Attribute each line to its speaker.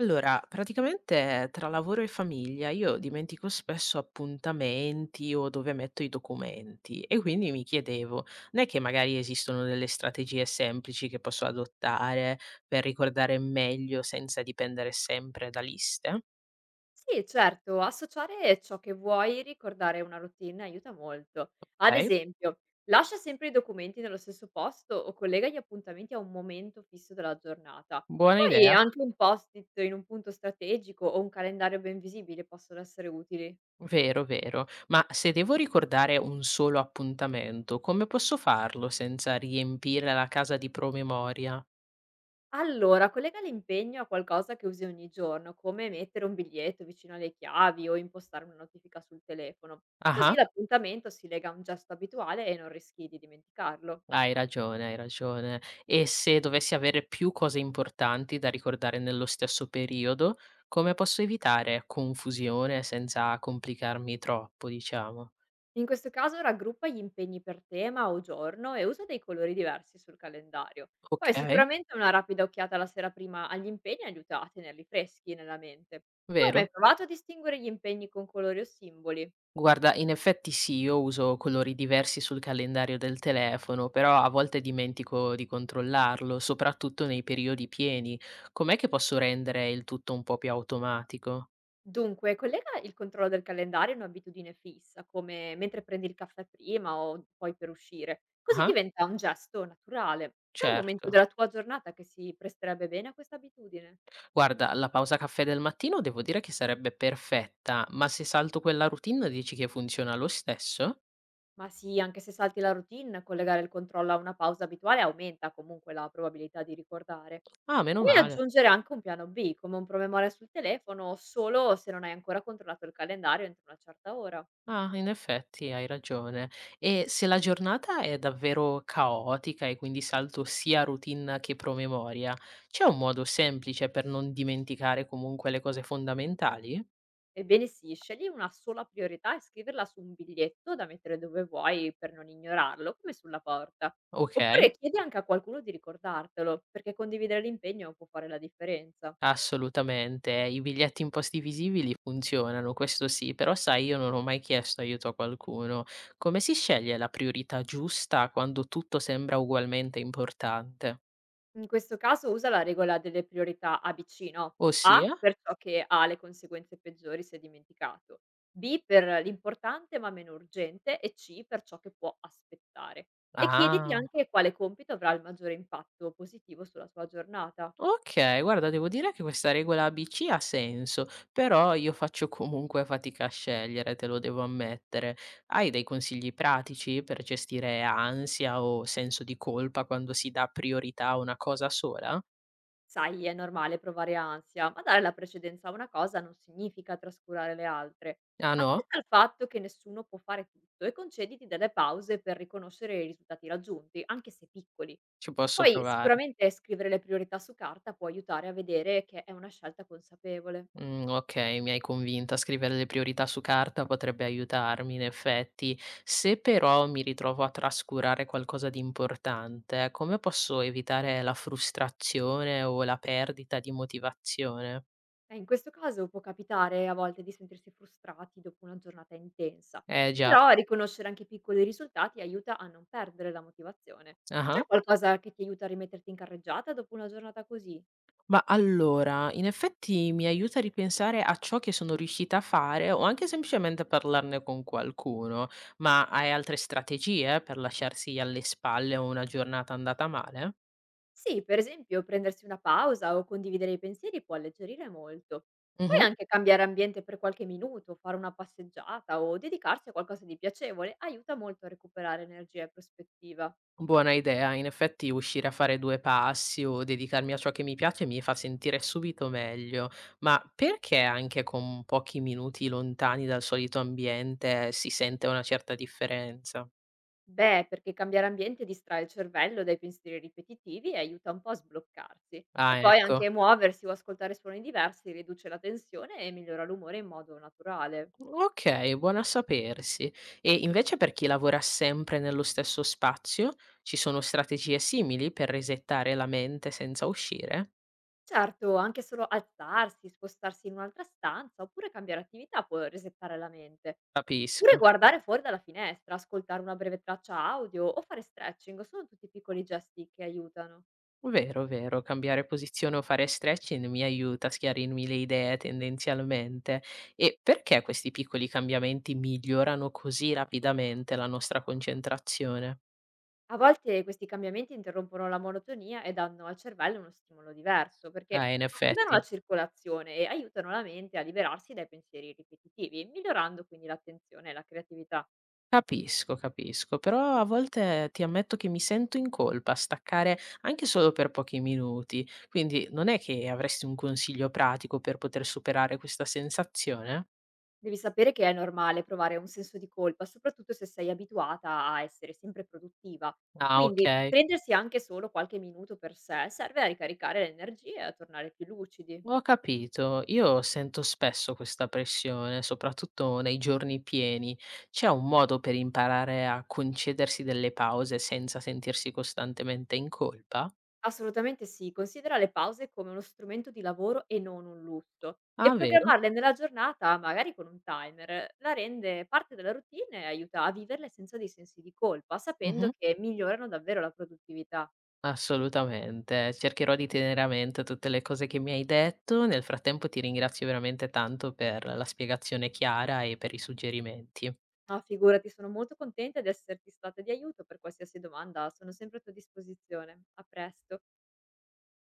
Speaker 1: Allora, praticamente tra lavoro e famiglia io dimentico spesso appuntamenti o dove metto i documenti e quindi mi chiedevo, non è che magari esistono delle strategie semplici che posso adottare per ricordare meglio senza dipendere sempre da liste?
Speaker 2: Sì, certo, associare ciò che vuoi ricordare a una routine aiuta molto. Ad
Speaker 1: Ok,
Speaker 2: esempio, lascia sempre i documenti nello stesso posto o collega gli appuntamenti a un momento fisso della giornata.
Speaker 1: buona
Speaker 2: Poi
Speaker 1: idea.
Speaker 2: anche un post-it in un punto strategico o un calendario ben visibile possono essere utili.
Speaker 1: Vero, vero. Ma se devo ricordare un solo appuntamento, come posso farlo senza riempire la casa di promemoria?
Speaker 2: Allora, collega l'impegno a qualcosa che usi ogni giorno, come mettere un biglietto vicino alle chiavi o impostare una notifica sul telefono. Così
Speaker 1: Ah.
Speaker 2: l'appuntamento si lega a un gesto abituale e non rischi di dimenticarlo.
Speaker 1: Hai ragione, hai ragione. E se dovessi avere più cose importanti da ricordare nello stesso periodo, come posso evitare confusione senza complicarmi troppo, diciamo?
Speaker 2: In questo caso raggruppa gli impegni per tema o giorno e usa dei colori diversi sul calendario.
Speaker 1: Ok,
Speaker 2: Poi sicuramente una rapida occhiata la sera prima agli impegni aiuta a tenerli freschi nella mente. Tu hai mai
Speaker 1: vero?
Speaker 2: provato a distinguere gli impegni con colori o simboli?
Speaker 1: Guarda, in effetti sì, io uso colori diversi sul calendario del telefono, però a volte dimentico di controllarlo, soprattutto nei periodi pieni. Com'è che posso rendere il tutto un po' più automatico?
Speaker 2: Dunque, collega il controllo del calendario a un'abitudine fissa, come mentre prendi il caffè prima o poi per uscire. Così
Speaker 1: Ah,
Speaker 2: diventa un gesto naturale. C'è un momento
Speaker 1: certo.
Speaker 2: della tua giornata che si presterebbe bene a questa abitudine?
Speaker 1: Guarda, la pausa caffè del mattino devo dire che sarebbe perfetta, ma se salto quella routine dici che funziona lo stesso?
Speaker 2: Ma sì, anche se salti la routine, collegare il controllo a una pausa abituale aumenta comunque la probabilità di ricordare.
Speaker 1: Ah, meno
Speaker 2: Puoi
Speaker 1: male.
Speaker 2: aggiungere anche un piano B, come un promemoria sul telefono, solo se non hai ancora controllato il calendario entro una certa ora.
Speaker 1: Ah, in effetti hai ragione. E se la giornata è davvero caotica e quindi salto sia routine che promemoria, c'è un modo semplice per non dimenticare comunque le cose fondamentali?
Speaker 2: Ebbene sì, scegli una sola priorità e scriverla su un biglietto da mettere dove vuoi per non ignorarlo, come sulla porta.
Speaker 1: Ok.
Speaker 2: Oppure chiedi anche a qualcuno di ricordartelo, perché condividere l'impegno può fare la differenza.
Speaker 1: Assolutamente, i biglietti in posti visibili funzionano, questo sì, però sai io non ho mai chiesto aiuto a qualcuno. Come si sceglie la priorità giusta quando tutto sembra ugualmente importante?
Speaker 2: In questo caso usa la regola delle priorità ABC, no: A
Speaker 1: Ossia?
Speaker 2: per ciò che ha le conseguenze peggiori se dimenticato, B per l'importante ma meno urgente e C per ciò che può aspettare. E chiediti
Speaker 1: Ah,
Speaker 2: anche quale compito avrà il maggiore impatto positivo sulla tua giornata.
Speaker 1: ok, guarda, devo dire che questa regola ABC ha senso, però io faccio comunque fatica a scegliere, te lo devo ammettere. Hai dei consigli pratici per gestire ansia o senso di colpa quando si dà priorità a una cosa sola?
Speaker 2: Sai, è normale provare ansia, ma dare la precedenza a una cosa non significa trascurare le altre.
Speaker 1: Ah no?
Speaker 2: Accetta il fatto che nessuno può fare tutto e concediti delle pause per riconoscere i risultati raggiunti, anche se piccoli.
Speaker 1: Ci posso
Speaker 2: Poi
Speaker 1: provare.
Speaker 2: sicuramente scrivere le priorità su carta può aiutare a vedere che è una scelta consapevole.
Speaker 1: Mhmm, okay, mi hai convinta. Scrivere le priorità su carta potrebbe aiutarmi in effetti. Se però mi ritrovo a trascurare qualcosa di importante, come posso evitare la frustrazione o la perdita di motivazione?
Speaker 2: In questo caso può capitare a volte di sentirsi frustrati dopo una giornata intensa,
Speaker 1: Eh già.
Speaker 2: però riconoscere anche i piccoli risultati aiuta a non perdere la motivazione.
Speaker 1: Ah-ah.
Speaker 2: C'è qualcosa che ti aiuta a rimetterti in carreggiata dopo una giornata così?
Speaker 1: Ma allora, in effetti mi aiuta a ripensare a ciò che sono riuscita a fare o anche semplicemente parlarne con qualcuno. Ma hai altre strategie per lasciarsi alle spalle una giornata andata male?
Speaker 2: Sì, per esempio prendersi una pausa o condividere i pensieri può alleggerire molto.
Speaker 1: Mh-mh.
Speaker 2: Puoi anche cambiare ambiente per qualche minuto, fare una passeggiata o dedicarsi a qualcosa di piacevole aiuta molto a recuperare energia e prospettiva.
Speaker 1: Buona idea, in effetti uscire a fare 2 passi o dedicarmi a ciò che mi piace mi fa sentire subito meglio, ma perché anche con pochi minuti lontani dal solito ambiente si sente una certa differenza?
Speaker 2: Beh, perché cambiare ambiente distrae il cervello dai pensieri ripetitivi e aiuta un po' a sbloccarsi. E
Speaker 1: Ah,
Speaker 2: poi
Speaker 1: ecco.
Speaker 2: anche muoversi o ascoltare suoni diversi riduce la tensione e migliora l'umore in modo naturale.
Speaker 1: Okay, buono a sapersi. E invece per chi lavora sempre nello stesso spazio, ci sono strategie simili per resettare la mente senza uscire?
Speaker 2: Certo, anche solo alzarsi, spostarsi in un'altra stanza oppure cambiare attività può resettare la mente. Oppure
Speaker 1: Capisco.
Speaker 2: guardare fuori dalla finestra, ascoltare una breve traccia audio o fare stretching sono tutti piccoli gesti che aiutano.
Speaker 1: Vero, vero, cambiare posizione o fare stretching mi aiuta a schiarirmi le idee tendenzialmente. E perché questi piccoli cambiamenti migliorano così rapidamente la nostra concentrazione?
Speaker 2: A volte questi cambiamenti interrompono la monotonia e danno al cervello uno stimolo diverso,
Speaker 1: Ah,
Speaker 2: perché
Speaker 1: in
Speaker 2: attivano la
Speaker 1: effetti.
Speaker 2: circolazione e aiutano la mente a liberarsi dai pensieri ripetitivi, migliorando quindi l'attenzione e la creatività.
Speaker 1: Capisco, capisco, però a volte ti ammetto che mi sento in colpa a staccare anche solo per pochi minuti, quindi non è che avresti un consiglio pratico per poter superare questa sensazione?
Speaker 2: Devi sapere che è normale provare un senso di colpa, soprattutto se sei abituata a essere sempre produttiva.
Speaker 1: Ah,
Speaker 2: Quindi
Speaker 1: ok.
Speaker 2: prendersi anche solo qualche minuto per sé serve a ricaricare le energie e a tornare più lucidi.
Speaker 1: Ho capito, io sento spesso questa pressione, soprattutto nei giorni pieni. C'è un modo per imparare a concedersi delle pause senza sentirsi costantemente in colpa?
Speaker 2: Assolutamente sì, considera le pause come uno strumento di lavoro e non un lusso e
Speaker 1: Ah, vero?
Speaker 2: programmarle nella giornata, magari con un timer, la rende parte della routine e aiuta a viverle senza dei sensi di colpa,
Speaker 1: Mhm.
Speaker 2: sapendo che migliorano davvero la produttività.
Speaker 1: Assolutamente. Cercherò di tenere a mente tutte le cose che mi hai detto. Nel frattempo ti ringrazio veramente tanto per la spiegazione chiara e per i suggerimenti.
Speaker 2: Ah, figurati, sono molto contenta di esserti stata di aiuto per qualsiasi domanda, sono sempre a tua disposizione. A presto.